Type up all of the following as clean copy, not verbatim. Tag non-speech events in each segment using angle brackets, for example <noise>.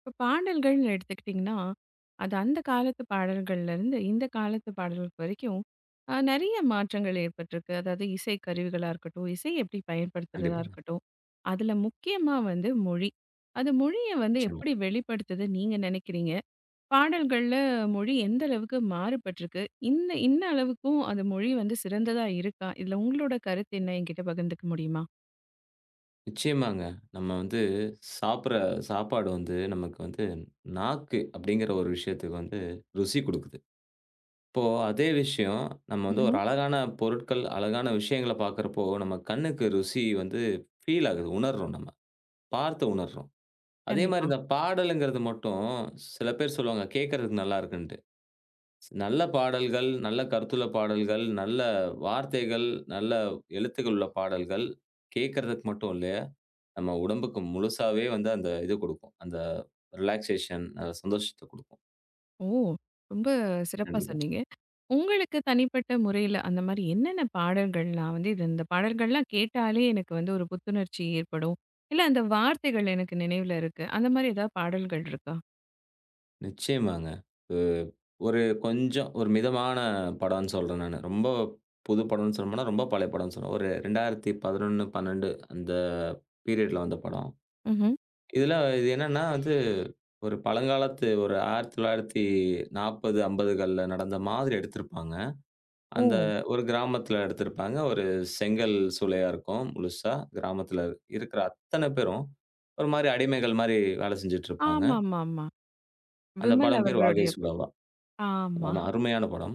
இப்ப பாடல்கள்னு எடுத்துக்கிட்டிங்கன்னா, அது அந்த காலத்து பாடல்கள்லேருந்து, இந்த காலத்து பாடல்கள் வரைக்கும் நெறைய மாற்றங்கள் ஏற்பட்டிருக்கு. அதாவது இசை கருவிகளா இருக்கட்டும், இசை எப்படி பயன்படுத்துறதா கண்டிப்பாங்க. இருக்கட்டும். அதில முக்கியமா வந்து மொழி. அது மொழிய வந்து நிச்சயமா. எப்படி வெளிப்படுத்துதுன்னு நீங்க நெனைக்கிறீங்க? பாடல்கள்ல மொழி எந்த அளவுக்கு மாறுபட்டிருக்கு? இன்ன அளவுக்கும் அது மொழி வந்து சிறந்ததா இருக்கா? இதில உங்களோட கருத்து என்ன என்கிட்ட பகிர்ந்துக்க முடியுமா? நிச்சயமாங்க. நம்ம வந்து சாப்பிடுற சாப்பாடு வந்து நமக்கு வந்து நாக்கு அப்படிங்கிற ஒரு விஷயத்துக்கு வந்து ருசி குடுக்குது. இப்போ அதே விஷயம் நம்ம வந்து ம்ஹ்ம். ஒரு அழகான பொருட்கள், அழகான விஷயங்கள பார்க்கிறப்போ நம்ம கண்ணுக்கு ருசி வந்து ஃபீல் ஆகுது. உணர்றோம் நம்ம. பார்த்து உணர்றோம். அதே மாரி கண்டிப்பா. இந்த பாடலுங்கிறது மட்டும் சில பேர் சொல்லுவாங்க கேட்கறதுக்கு நல்லா இருக்குன்ட்டு. நல்ல பாடல்கள், நல்ல கருத்துள்ள பாடல்கள், நல்ல வார்த்தைகள், நல்ல எழுத்துக்கள் உள்ள பாடல்கள் கேட்கறதுக்கு மட்டும் இல்ல. நம்ம உடம்புக்கு முழுசாவே வந்து அந்த இது குடுக்கும். அந்த ரிலாக்சேஷன், அந்த சந்தோஷத்த குடுக்கும். ஓ! ரொம்ப சிறப்பா கண்டிப்பா. சொன்னீங்க. உங்களுக்கு தனிப்பட்ட முறையில அந்த மாரி என்னென்ன பாடல்கள் நான் வந்து இந்த பாடல்கள்லாம் கேட்டாலே எனக்கு வந்து ஒரு புத்துணர்ச்சி ஏற்படும். இல்ல அந்த வார்த்தைகள் எனக்கு நினைவுல இருக்கு. அந்த மாரி ஏதாவது பாடல்கள் இருக்கா? நிச்சயமாங்க. அ ஒரு கொஞ்சம் ஒரு மிதமான படம்ன்னு சொல்றேன் நானு. ரொம்ப புது படம்ன்னு சொல்லணும்னா, ரொம்ப பழைய படம்ன்னு சொல்லணும். ஒரு 2011, 12 அந்த பீரியட்ல வந்த படம். ம்ஹ்ம். இதுல இது என்னன்னா வந்து, ஒரு பழங்காலத்து ஒரு 1940, 50 நடந்த மாதிரி எடுத்திருப்பாங்க. அந்த ஓ! ஒரு கிராமத்துல எடுத்திருப்பாங்க. ஒரு செங்கல் சூளையா இருக்கும் முழுசா. கிராமத்துல இருக்கிற அத்தன பேரும், ஒரு மாரி அடிமைகள் மாரி வேலை செஞ்சுட்டு இருப்பாங்க. ஆமாமாமா. அந்த விமல் படம் பேர் "வாகை அவர்களுடைய ப சுடாவா". ஆமா. ஆமா, அருமையான படம்.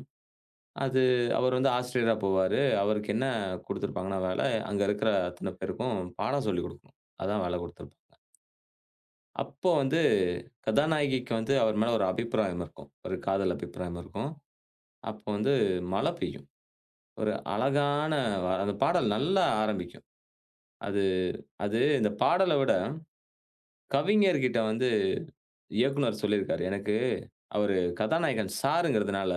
அது அவர் வந்து ஆசிரியரா போவாரு. அவருக்கு என்ன குடுத்திருப்பாங்கன்னா வேலை, அங்க இருக்கிற அத்தன பேருக்கும் பாடம் சொல்லிக் குடுக்கணும். அதான் வேலை குடுத்திருப்பாங்க. அப்போ வந்து கதாநாயகிக்கு வந்து அவர் மேல ஒரு அபிப்பிராயம் இருக்கும். ஒரு காதல் அபிப்பிராயம் இருக்கும். அப்போ வந்து மழை பெய்யும். ஒரு அழகான அந்த பாடல் நல்லா ஆரம்பிக்கும். அது அது இந்த பாடல விட, கவிஞர்கிட்ட வந்து இயக்குனர் சொல்லியிருக்காரு. எனக்கு அவரு கதாநாயகன் சாருங்கிறதுனால,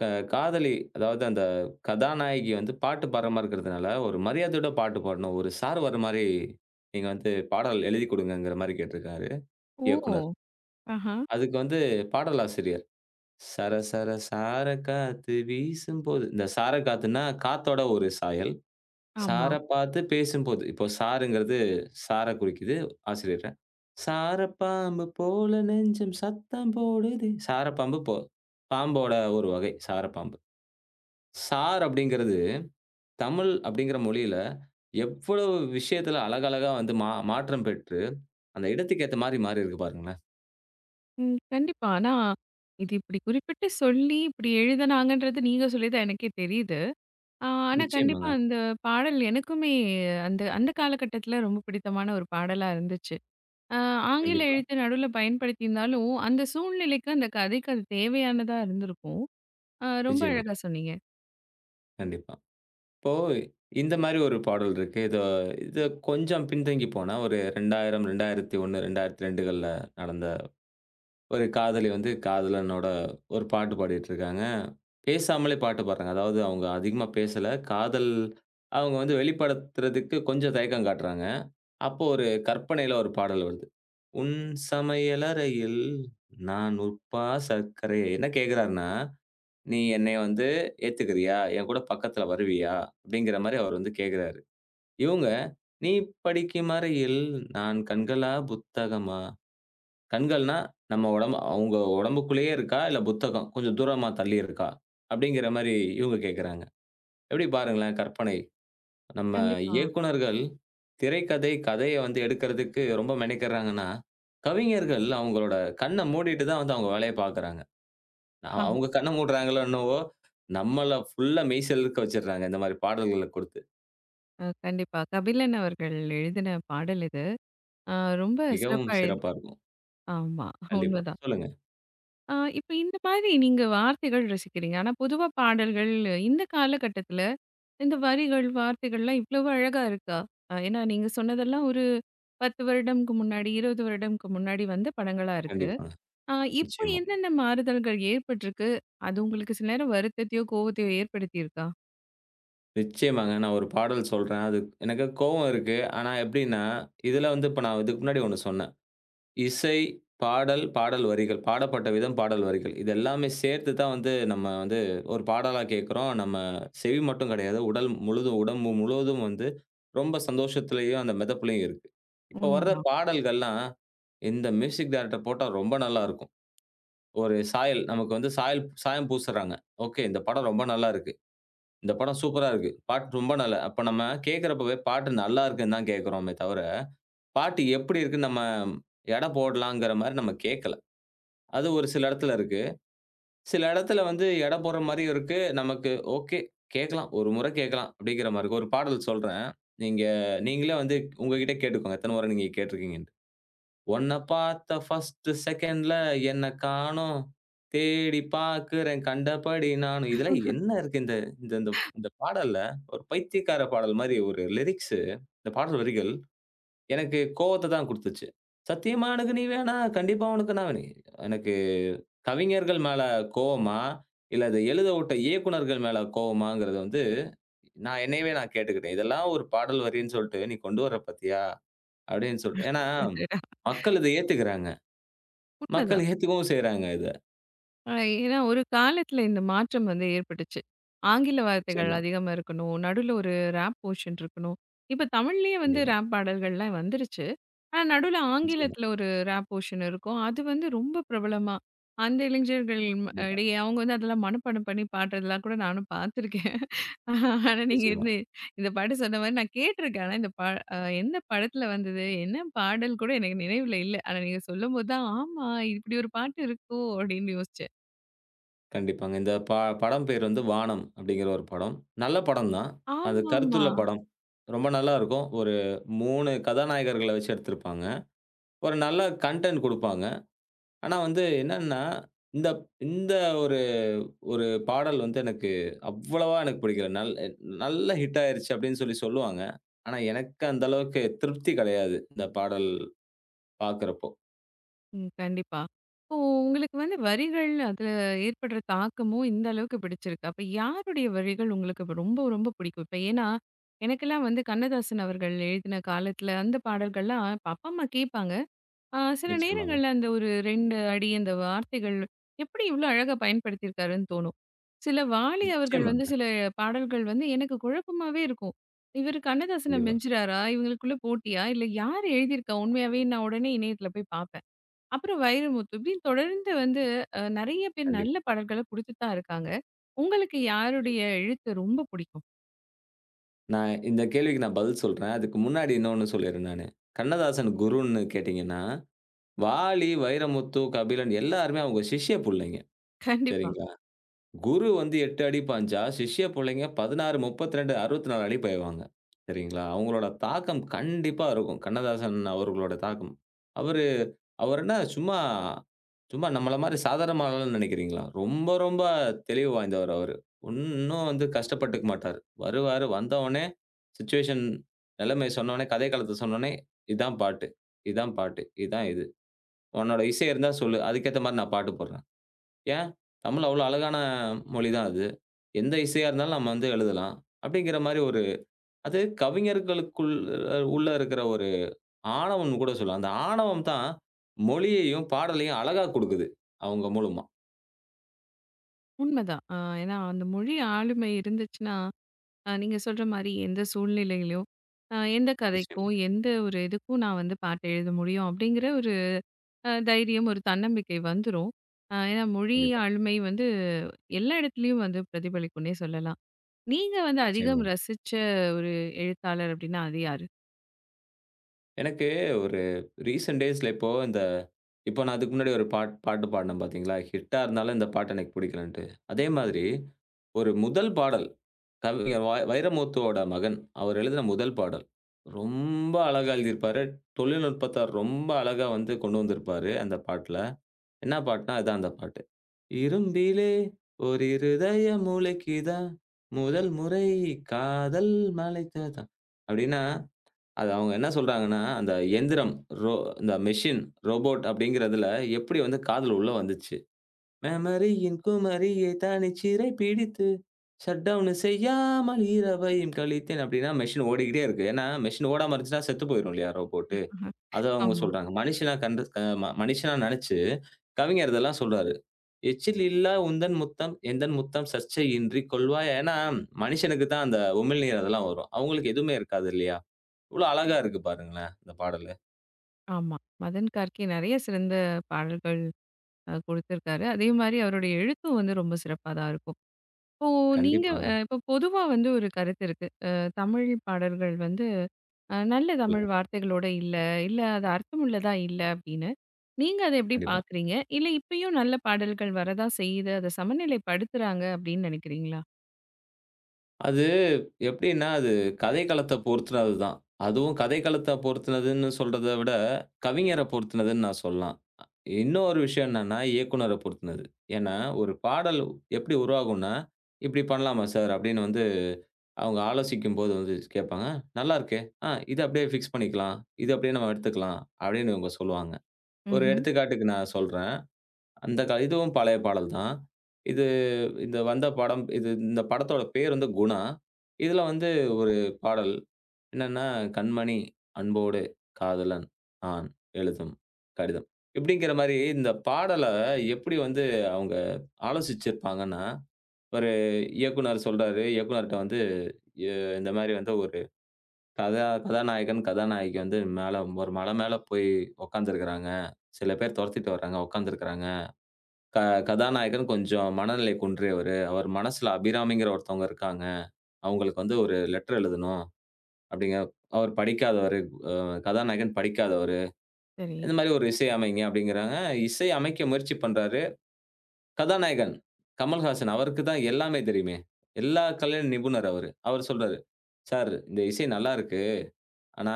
க காதலி அதாவது அந்த கதாநாயகி வந்து பாட்டு பாடுறமாரி இருக்கிறதுனால, ஒரு மரியாதையோட பாட்டு பாடணும். ஒரு சார் வர்றமாரி நீங்க வந்து பாடல் எழுதி கொடுங்கங்கிறமாரி கேட்டிருக்காரு ஓ! இயக்குனர். ஆஹா. அதுக்கு வந்து பாடலாசிரியர், "சர சர சார காத்து வீசும்போது" இந்த சார காத்துன்னா, காத்தோட ஒரு சாயல். ஆமா. சார பார்த்து பேசும்போது, இப்போ சாருங்கிறது சார குறிக்குது ஆசிரியர. சாரப்பாம்பு போல நெஞ்சம் சத்தம் போடுதே. சாரப்பாம்பு போ பாம்போட ஒரு வகை சாரப்பாம்பு. சார் அப்படிங்கிறது தமிழ் அப்படிங்கிற மொழியில எவ்வளவு விஷயத்துல அழகழகா வந்து மாற்றம் பெற்று, அந்த இடத்துக்கு ஏத்த மாரி மாறியிருக்கு பாருங்களேன். ம். கண்டிப்பா. ஆனா, இது இப்படி குறிப்பிட்டு சொல்லி இப்படி எழுதுனாங்கன்றது நீங்க சொல்லி தான் எனக்கே தெரியுது. ஆனா கண்டிப்பா நிச்சயமாங்க. அந்த பாடல் எனக்குமே அந்த அந்த காலகட்டத்தில ரொம்ப பிடித்தமான ஒரு பாடலா இருந்துச்சு. அ ஆங்கில கண்டிப்பா. எழுத்து நடுவுல பயன்படுத்தியிருந்தாலும், அந்த சூழ்நிலைக்கு, அந்த கதைக்கு அது தேவையானதா இருந்திருக்கும். ரொம்ப நிச்சயமா. அழகா சொன்னீங்க. கண்டிப்பா. இப்போ இந்த மாரி ஒரு பாடல் இருக்கு. இது கொஞ்சம் பின்தங்கி போன ஒரு 2000, 2001, 2002கள்ல நடந்த ஒரு காதலி வந்து காதலனோட ஒரு பாட்டு பாடிட்டுருக்காங்க. பேசாமலே பாட்டு பாடுறாங்க. அதாவது அவங்க அதிகமா பேசல. காதல் அவங்க வந்து வெளிப்படுத்துறதுக்கு கொஞ்சம் தயக்கம் காட்டுறாங்க. அப்போ ஒரு கற்பனையில ஒரு பாடல் வருது. "உன் சமையலறையில் நான் உப்பா சர்க்கரை" என்ன கேட்கிறாருன்னா, "நீ என்னைய வந்து ஏத்துக்கிறியா? என் கூட பக்கத்துல வருவியா?" அப்படிங்கிற மாரி அவர் வந்து கேட்கிறாரு. இவங்க, "நீ படிக்கும் அறையில் நான் கண்களா புத்தகமா?" கண்கள்னா, நம்ம உடம்பு அவுங்க உடம்புக்குள்ளேயே இருக்கா? இல்ல புத்தகம் கொஞ்சம் தூரமா தள்ளி இருக்கா? அப்படிங்கிற மாரி இவுங்க கேட்கறாங்க. எப்படி பாருங்களேன் கற்பனை. நம்ம கண்டிப்பா. இயக்குனர்கள் திரைக்கதை, கதைய வந்து எடுக்கிறதுக்கு ரொம்ப மெனக்கெட்றாங்கன்னா, கவிஞர்கள் அவுங்களோட கண்ண மூடிட்டு தான் வந்து அவுங்க வேலைய பார்க்குறாங்க. அ அவுங்க கண்ண மூடுறாங்களோ என்னவோ! நம்மள ஃபுல்லா மெய் சிலிர்க்க வச்சுடுறாங்க. இந்த மாரி பாடல்கள குடுத்து. கண்டிப்பா. கபிலன் அவர்கள் எழுதின பாடல் இது. அ ரொம்ப மிகவும் சிறப்பா எழு சிறப்பா இருக்கும். ஆமா, கண்டிப்பா. உண்மதான். சொல்லுங்க. இப்ப இந்த மாதிரி நீங்க வார்த்தைகள் ரசிக்கிறீங்க. ஆனா பொதுவா பாடல்கள் இந்த காலகட்டத்தில இந்த வரிகள், வார்த்தைகள்லாம் இவ்வளவு அழகா இருக்கா? ஏன்னா நீங்க சொன்னதெல்லாம் ஒரு 10 வருடம்க்கு முன்னாடி, 20 வருடம்க்கு முன்னாடி வந்த படங்களா இருக்கு. கண்டிப்பாங்க. ஆ இப்போ நிச்சயமா. என்னென்ன மாறுதல்கள் ஏற்பட்டிருக்கு? அது உங்களுக்கு சில நேரம் வருத்தத்தையோ, கோவத்தையோ ஏற்படுத்தியிருக்கா? நிச்சயமாங்க. நான் ஒரு பாடல் சொல்றேன். அது எனக்கு கோவம் இருக்கு. ஆனா எப்படின்னா, இதுல வந்து இப்ப நான் இதுக்கு முன்னாடி ஒண்ணு சொன்னேன். இசை, பாடல், பாடல் வரிகள், பாடப்பட்ட விதம், பாடல் வரிகள். இது எல்லாமே சேர்த்து தான் வந்து நம்ம வந்து ஒரு பாடலா கேட்கிறோம். நம்ம செவி மட்டும் கிடையாது. உடல் முழுதும் உடம்பு முழுவதும் வந்து ரொம்ப சந்தோஷத்திலயும், அந்த மிதப்புலயும் இருக்கு. இப்ப வர்ற உண்மதான். பாடல்கள்லாம், இந்த மியூசிக் டைரக்டர் போட்டா ரொம்ப நல்லா இருக்கும். ஒரு சாயல் நமக்கு வந்து சாயல் சாயம் பூசுறாங்க. ஓகே. இந்த படம் ரொம்ப நல்லா இருக்கு. இந்த படம் சூப்பரா இருக்கு. பாட்டு ரொம்ப நல்லா அப்ப நம்ம கேட்கிறப்பவே பாட்டு நல்லா இருக்குன்னு தான் கேட்கிறோமே தவிர, பாட்டு எப்படி இருக்குன்னு நம்ம எடை போடலாங்கிற மாரி நம்ம கேட்கல. அது ஒரு சில இடத்துல இருக்கு. சில இடத்துல வந்து எடை போடுற மாரியும் இருக்கு. நமக்கு ஓகே கேட்கலாம். ஒரு முறை கேட்கலாம் அப்படிங்கிற மாரி இருக்கு. ஒரு பாடல் சொல்றேன். நீங்க நீங்களே வந்து உங்ககிட்டயே கேட்டுக்கோங்க. எத்தன முறை நீங்க கேட்டுருக்கீங்கன்னு. உன்ன பார்த்த ஃபர்ஸ்ட் செகண்ட்ல என்ன காணோம், தேடி பார்க்கிறேன் கண்டபடி நானும். இதெல்லாம் என்ன இருக்கு இந்த இந்த இந்த இந்த பாடல்ல ஒரு பைத்தியக்கார பாடல் மாரி ஒரு லிரிக்ஸு, இந்த பாடல் வரிகள் எனக்கு கோவத்த தான் குடுத்துச்சு. சத்தியமா எனக்கு நீ வேணா, கண்டிப்பா உனக்கு நான் வேணும். எனக்கு கவிஞர்கள் மேல கோவமா, இல்ல இத எழுத விட்ட இயக்குனர்கள் மேல கோவமாங்கிறது வந்து நான் என்னையவே நான் கேட்டுக்கிட்டேன். இதெல்லாம் ஒரு பாடல் வரின்னு சொல்ட்டு நீ கொண்டு வர பார்த்தியா? அப்படின்னு சொல்ட்டு. ஏன்னா, அடடா! மக்கள் இத ஏத்துக்கிறாங்க. மக்கள் உண்மதான். ஏத்துக்கவும் செய்றாங்க இத. அ <laughs> ஏன்னா ஒரு காலத்துல இந்த மாற்றம் வந்து ஏற்பட்டுச்சு. ஆங்கில வார்த்தைகள் நிச்சயமா, அதிகமா இருக்கணும். நடுவுல ஒரு ராப் போர்ஷன் இருக்கணும். இப்ப தமிழ்லயே வந்து கண்டிப்பா, ராப் பாடல்கள்லாம் வந்துருச்சு. ஆனா நடுவுல நிச்சயமா, ஆங்கிலத்துல ஒரு ராப் போர்ஷன் இருக்கும். அது வந்து ரொம்ப பிரபலமா, அந்த இளைஞர்கள் கண்டிப்பா, இடையே அவங்க வந்து அதெல்லாம் மனப்பாடம் பண்ணி பாடுறதெல்லாம் கூட நானும் பார்த்துருக்கேன். <laughs> ஆனா நீங்க நிச்சயமா, இந்த இந்த பாட்டு சொன்ன மாரி நான் கேட்டுருக்கேன். ஆனா இந்த பா எந்த படத்துல வந்தது? என்ன பாடல் கூட எனக்கு நினைவுல இல்ல. ஆனா நீங்க சொல்லும்போது தான், ஆமா இப்படி ஒரு பாட்டு இருக்கோ! அப்படின்னு யோசிச்சேன். கண்டிப்பாங்க. இந்த ப படம் பேர் வந்து "வானம்" அப்படிங்கிற ஒரு படம். நல்ல படம் தான். அது ஆமாமா. கருத்துள்ள படம். ரொம்ப நல்லாருக்கும். ஒரு 3 கதாநாயகர்கள வச்சு எடுத்திருப்பாங்க. ஒரு நல்ல கன்டென்ட் குடுப்பாங்க. ஆனா வந்து என்னன்னா, இந்த இந்த ஒரு ஒரு பாடல் வந்து எனக்கு அவ்வளவா எனக்கு பிடிக்கல. நல்ல ஹிட் ஆயிருச்சு அப்படின்னு சொல்லி சொல்லுவாங்க. ஆனா எனக்கு அந்த அளவுக்கு திருப்தி கிடையாது. இந்த பாடல் பாக்குறப்போ. ம். கண்டிப்பா. இப்போ உங்களுக்கு வந்து வரிகள் அதுல ஏற்படுற தாக்கமும் இந்த அளவுக்கு பிடிச்சிருக்கு. அப்ப யாருடைய வரிகள் உங்களுக்கு இப்ப ரொம்ப பிடிக்கும்? இப்ப ஏன்னா, எனக்கெல்லாம் வந்து கண்ணதாசன் அவர்கள் எழுதின காலத்துல அந்த பாடல்கள்லாம் இப்ப அப்பா, அம்மா கேட்பாங்க. சில நிச்சயமாங்க. நேரங்கள்ல அந்த ஒரு 2 அடி அந்த வார்த்தைகள் எப்படி இவ்ளோ அழகா பயன்படுத்தியிருக்காருன்னு தோணும். சில வாலி அவர்கள் நிச்சயமா. வந்து சில பாடல்கள் வந்து எனக்கு குழப்பமாவே இருக்கும். இவரு கண்ணதாசன கண்டிப்பா, மிஞ்சுறாரா? இவங்களுக்குள்ள போட்டியா? இல்ல யார் எழுதியிருக்கா? உண்மையாவே நான் உடனே இணையத்துல போய் பாப்பேன். அப்புறம் வைரமுத்து. இப்படின்னு தொடர்ந்து வந்து நெறைய பேர் நல்ல கண்டிப்பா. பாடல்கள குடுத்துட்டு தான் இருக்காங்க. உங்களுக்கு யாருடைய எழுத்து ரொம்ப பிடிக்கும்? நான் இந்த கேள்விக்கு நான் பதில் சொல்றேன். அதுக்கு முன்னாடி இன்னொன்னு சொல்லிர்றேன் நானு. கண்ணதாசன் குருன்னு கேட்டீங்கன்னா, வாலி, வைரமுத்து, கபிலன் எல்லாருமே அவங்க சிஷ்ய புள்ளைங்க. கண்டிப்பா. சரிங்களா? குரு வந்து 8 அடி பாய்ஞ்சா, சிஷ்ய புள்ளைங்க 16, 32, 64 அடி பாய்வாங்க. சரிங்களா? அவங்களோட தாக்கம் கண்டிப்பா இருக்கும். கண்ணதாசன் அவர்களோட தாக்கம். அவரு அவர் என்ன சும்மா சும்மா நம்மள மாரி சாதாரண ஆளுன்னு நெனைக்கிறீங்களா? ரொம்ப ரொம்ப தெளிவு வாய்ந்தவர் அவரு. ஒண்ணும் வந்து கஷ்டப்பட்டுக்க மாட்டாரு. வருவாரு, வந்தவுனே சிச்சுவேஷன் நிலைமை சொன்னவுனே, கதை காலத்த சொன்னவுனே, "இதான் பாட்டு, இதான் பாட்டு, இதான் இது. உன்னோட இசை இருந்தா சொல்லு. அதுக்கேத்த மாரி நான் பாட்டு போடுறேன்." ஏன்? தமிழ் அவ்வளோ அழகான மொழி தான் அது. எந்த இசையா இருந்தாலும் நம்ம வந்து எழுதலாம். அப்படிங்கிற மாரி ஒரு அது கவிஞர்களுக்குள் உள்ள இருக்கிற ஒரு ஆணவம்னு கூட சொல்லலாம். அந்த ஆணவம் தான் மொழியையும், பாடலையும் அழகா குடுக்குது. அவங்க மூலமா. உண்மதான். ஏன்னா அந்த மொழி ஆளுமை இருந்துச்சுன்னா, நீங்க சொல்ற மாரி எந்த சூழ்நிலையிலும், எந்த நிச்சயமா. கதைக்கும், எந்த ஒரு இதுக்கும் நான் வந்து பாட்டு எழுத முடியும் அப்படிங்கிற ஒரு தைரியம், ஒரு தன்னம்பிக்கை வந்துரும். ஏன்னா மொழி கண்டிப்பா. ஆளுமை வந்து எல்லா இடத்துலயும் வந்து பிரதிபலிக்கும்னே சொல்லலாம். நீங்க வந்து அதிகம் நிச்சயமா. ரசிச்ச ஒரு எழுத்தாளர் அப்படின்னா அது யாரு? எனக்கு ஒரு ரீசென்ட் டேஸ்ல இப்போ இந்த இப்போ நான் அதுக்கு முன்னாடி ஒரு பாட்டு பாடுனேன் பார்த்தீங்களா? ஹிட்டா இருந்தாலும் இந்த பாட்டு எனக்கு பிடிக்கலன்ட்டு. அதே மாதிரி ஒரு முதல் பாடல், கவிஞர் வைரமுத்துவோட மகன். அவர் எழுதின முதல் பாடல். ரொம்ப அழகா எழுதியிருப்பாரு. தொழில்நுட்பத்த ரொம்ப அழகா வந்து கொண்டு வந்திருப்பாரு அந்த பாட்டுல. என்ன பாட்டுனா, அதான் அந்த பாட்டு. "இரும்பிலே ஓர் இருதயம் உழைக்குதா, முதல் முறை காதல் மலைத்ததா" அப்படின்னா அது அவங்க என்ன சொல்றாங்கன்னா, அந்த எந்திரம், ரோ இந்த மெஷின், ரோபோட் அப்படிங்கிறதுல எப்படி வந்து காதுல உள்ள வந்துச்சு? "மெமரியின் குமரியை தனிச்சிறை பிடித்து, ஷட் டவுன் செய்யாமல் இரவையும் கழித்தேன்" அப்படின்னா மெஷின் ஓடிக்கிட்டே இருக்கு. ஏன்னா மெஷின் ஓடாம இருந்துச்சுன்னா செத்து போயிரும் இல்லையா ரோபோட்டு. அத அவங்க ஆமா. சொல்றாங்க. மனுஷனா கண்டு அ ம மனுஷனா நெனச்சு கவிஞர் இதெல்லாம் சொல்றாரு. "எச்சில் இல்லா உந்தன் முத்தம், எந்தன் முத்தம் சர்ச்சையின்றி கொள்வாய்" ஏன்னா மனுஷனுக்கு தான் அந்த உமிழ்நீர் அதெல்லாம் வரும். அவங்களுக்கு எதுவுமே இருக்காது இல்லையா? இவ்ளோ அழகா இருக்கு பாருங்களேன், இந்த பாடலு. ஆமா. மதன் கார்கே நெறைய சிறந்த பாடல்கள் குடுத்திருக்காரு. அதே மாரி அவருடைய எழுத்தும் வந்து ரொம்ப சிறப்பா தான் இருக்கும். இப்போ நீங்க கண்டிப்பாங்க. இப்போ பொதுவா வந்து ஒரு கருத்து இருக்கு. தமிழ் பாடல்கள் வந்து நல்ல தமிழ் சொல்லுங்க. வார்த்தைகளோட இல்ல, இல்ல அது அர்த்தமுள்ளதா இல்ல அப்படின்னு. நீங்க அத எப்படி கண்டிப்பா. பார்க்குறீங்க? இல்ல இப்பயும் நல்ல பாடல்கள் வரதா செய்யுது. அத சமநிலைப்படுத்துறாங்க அப்படின்னு நெனைக்கிறீங்களா? அது எப்படின்னா, அது கதைக்களத்த பொறுத்துனது தான். அதுவும் கதைக்களத்த பொறுத்துனதுன்னு சொல்றத விட, கவிஞர பொறுத்துனதுன்னு நான் சொல்லலாம். இன்னொரு விஷயம் என்னன்னா, இயக்குனர பொறுத்துனது. ஏன்னா, ஒரு பாடல் எப்படி உருவாகும்னா, "இப்படி பண்ணலாமா சார்?" அப்படின்னு வந்து அவங்க ஆலோசிக்கும்போது வந்து கேட்பாங்க. "நல்லா இருக்கே. ஆ இத அப்படியே ஃபிக்ஸ் பண்ணிக்கலாம். இத அப்படியே நம்ம எடுத்துக்கலாம்." அப்படின்னு இவங்க சொல்லுவாங்க. ஒரு ம்ஹ்ம். எடுத்துக்காட்டுக்கு நான் சொல்றேன். அந்த க இதுவும் பழைய பாடல் தான். இது இந்த வந்த படம் இது இந்த படத்தோட பேர் வந்து குணா. இதுல வந்து ஒரு பாடல் என்னன்னா, "கண்மணி அன்போடு காதலன் நான் எழுதும் கடிதம்." இப்படிங்கிற மாரி இந்த பாடல எப்படி வந்து அவங்க ஆலோசிச்சிருப்பாங்கன்னா, ஒரு இயக்குனர் சொல்றாரு. இயக்குனர்ட்ட வந்து எ இந்த மாரி வந்து ஒரு கதாநாயகன், கதாநாயகி வந்து மேல ஒரு மலை மேல போய் உட்கார்ந்திருக்கிறாங்க. சில பேர் துரத்திட்டு வர்றாங்க, உட்கார்ந்திருக்கிறாங்க. க கதாநாயகன் கொஞ்சம் மனநிலை குன்றியவரு. அவர் மனசுல அபிராமிங்கிற ஒருத்தவங்க இருக்காங்க. அவங்களுக்கு வந்து ஒரு லெட்டர் எழுதணும் அப்படிங்க. அவர் படிக்காதவரு. கதாநாயகன் படிக்காதவரு. சரி. இந்த மாரி ஒரு இசை அமைங்க அப்படிங்கிறாங்க. இசை அமைக்க முயற்சி பண்றாரு. கதாநாயகன் கமல்ஹாசன் அவருக்கு தான் எல்லாமே தெரியுமே. எல்லா கலையிலும் நிபுணர் அவரு. அவர் சொல்றாரு, "சார் இந்த இசை நல்லா இருக்கு. ஆனா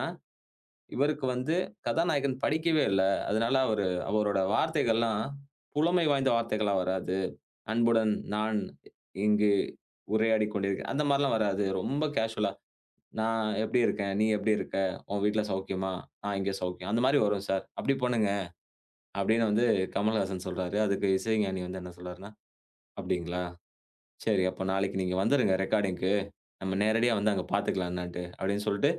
இவருக்கு வந்து கதாநாயகன் படிக்கவே இல்ல. அதனால அவரு அவரோட வார்த்தைகள்லாம் புலமை வாய்ந்த வார்த்தைகளா வராது." அன்புடன் நான் இங்கு உரையாடிக் கொண்டிருக்கிறேன். அந்த மாரிலாம் வராது. ரொம்ப கேஷுவலா, "நான் எப்படி இருக்கேன்? நீ எப்படி இருக்க? உன் வீட்ல சௌக்கியமா? நான் இங்க சௌக்கியம்." அந்த மாரி வரும் சார். "அப்படி பண்ணுங்க." அப்படின்னு வந்து கமலஹாசன் சொல்றாரு. அதுக்கு இசைஞானி வந்து என்ன சொல்றாருன்னா, "அப்படிங்களா? சரி அப்ப நாளைக்கு நீங்க வந்துருங்க ரெக்கார்டிங்க்கு. நம்ம நேரடியா வந்து அங்க பாத்துக்கலாம் என்னான்ட்டு." அப்படின்னு சொல்லிட்டு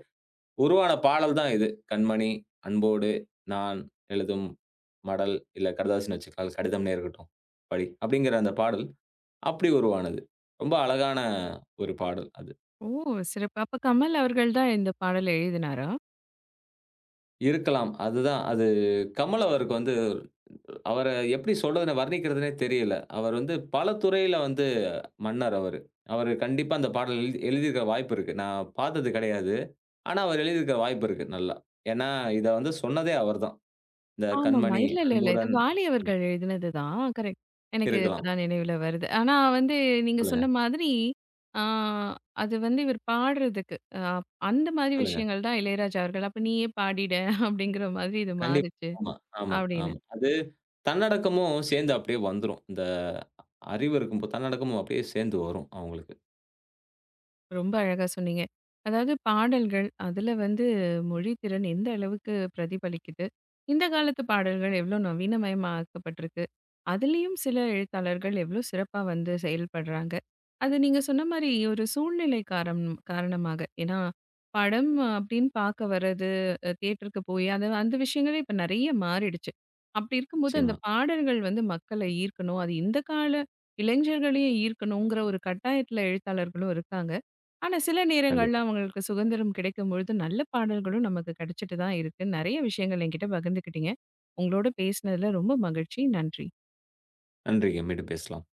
உருவான பாடல் தான் இது. "கண்மணி", "அன்போடு", "நான்", "எழுதும் மடல்", இல்ல கடிதாசின்னு வச்சுக்கலாம். "கடிதம்னே இருக்கட்டும் படி" அப்படிங்கிற அந்த பாடல் அப்படி உருவானது. ரொம்ப அழகான ஒரு பாடல் அது. ஓ! சிறப்பு. அப்ப கமல் அவர்கள் தான் இந்த பாடல எழுதினாரா? இருக்கலாம். அதுதான் அது கமல் அவருக்கு வந்து அவர எப்படி சொல்றதுன்னு வர்ணிக்கிறதுன்னே தெரியல. அவர் வந்து பல துறையில வந்து மன்னர் அவரு. அவரு கண்டிப்பா அந்த பாடல் எழுதியிருக்க வாய்ப்பு இருக்கு. நான் பார்த்தது கிடையாது. ஆனா, அவர் எழுதியிருக்க வாய்ப்பு இருக்கு நல்லா. ஏன்னா, இத வந்து சொன்னதே அவர்தான். இந்த ஆமாமா. "கண்மணி இல்ல, இல்ல, இல்ல. இது அன்புடன்" வாலி ம். அவர்கள் எழுதினது தான். கரெக்ட். எனக்கு இருக்கலாம். இப்பதான் நினைவுல வருது. ஆனா வந்து நீங்க சொல்லுங்க, சொன்ன மாதிரி, ஆ அது வந்து இவர் பாடுறதுக்கு, அந்த மாதிரி சொல்லுங்க. விஷயங்கள் தான் இளையராஜா அவர்கள். அப்ப நீயே பாடிட அப்படிங்கிற மாதிரி இது கண்டிப்பா. மாறுச்சு ஆமா, ஆமா, அப்படின்னு. ஆமா. அது தன்னடக்கமும் சேர்ந்து அப்படியே வந்துரும். இந்த அறிவு இருக்கும்போ தன்னடக்கமும் அப்படியே சேர்ந்து வரும் அவங்களுக்கு. ரொம்ப அழகா சொன்னீங்க. அதாவது பாடல்கள், அதுல வந்து மொழி திறன் எந்த அளவுக்கு பிரதிபலிக்குது? இந்த காலத்து பாடல்கள் எவ்ளோ நவீனமயமாக்கப்பட்டிருக்கு? அதுலயும் சில எழுத்தாளர்கள் எவ்ளோ சிறப்பா வந்து செயல்படுறாங்க. அது நீங்க சொன்ன மாரி ஒரு சூழ்நிலை காரணமாக. ஏன்னா, படம் அப்படின்னு பார்க்க வர்றது, தியேட்டருக்கு போய் அது அந்த விஷயங்களே இப்ப நெறைய மாறிடுச்சு. அப்படி இருக்கும்போது அந்த நிச்சயமா. பாடல்கள் வந்து மக்களை ஈர்க்கணும். அது இந்த கால இளைஞர்களையும் ஈர்க்கணுங்கிற ஒரு கட்டாயத்துல எழுத்தாளர்களும் இருக்காங்க. ஆனா, சில நேரங்கள்ல கண்டிப்பா. அவங்களுக்கு சுதந்திரம் கிடைக்கும்பொழுது, நல்ல பாடல்களும் நமக்கு கிடைச்சிட்டு தான் இருக்கு. நெறைய விஷயங்கள் என்கிட்ட பகிர்ந்துக்கிட்டீங்க. உங்களோட பேசினதுல ரொம்ப மகிழ்ச்சி. நன்றி. நன்றிங்க. மீண்டும் பேசலாம்.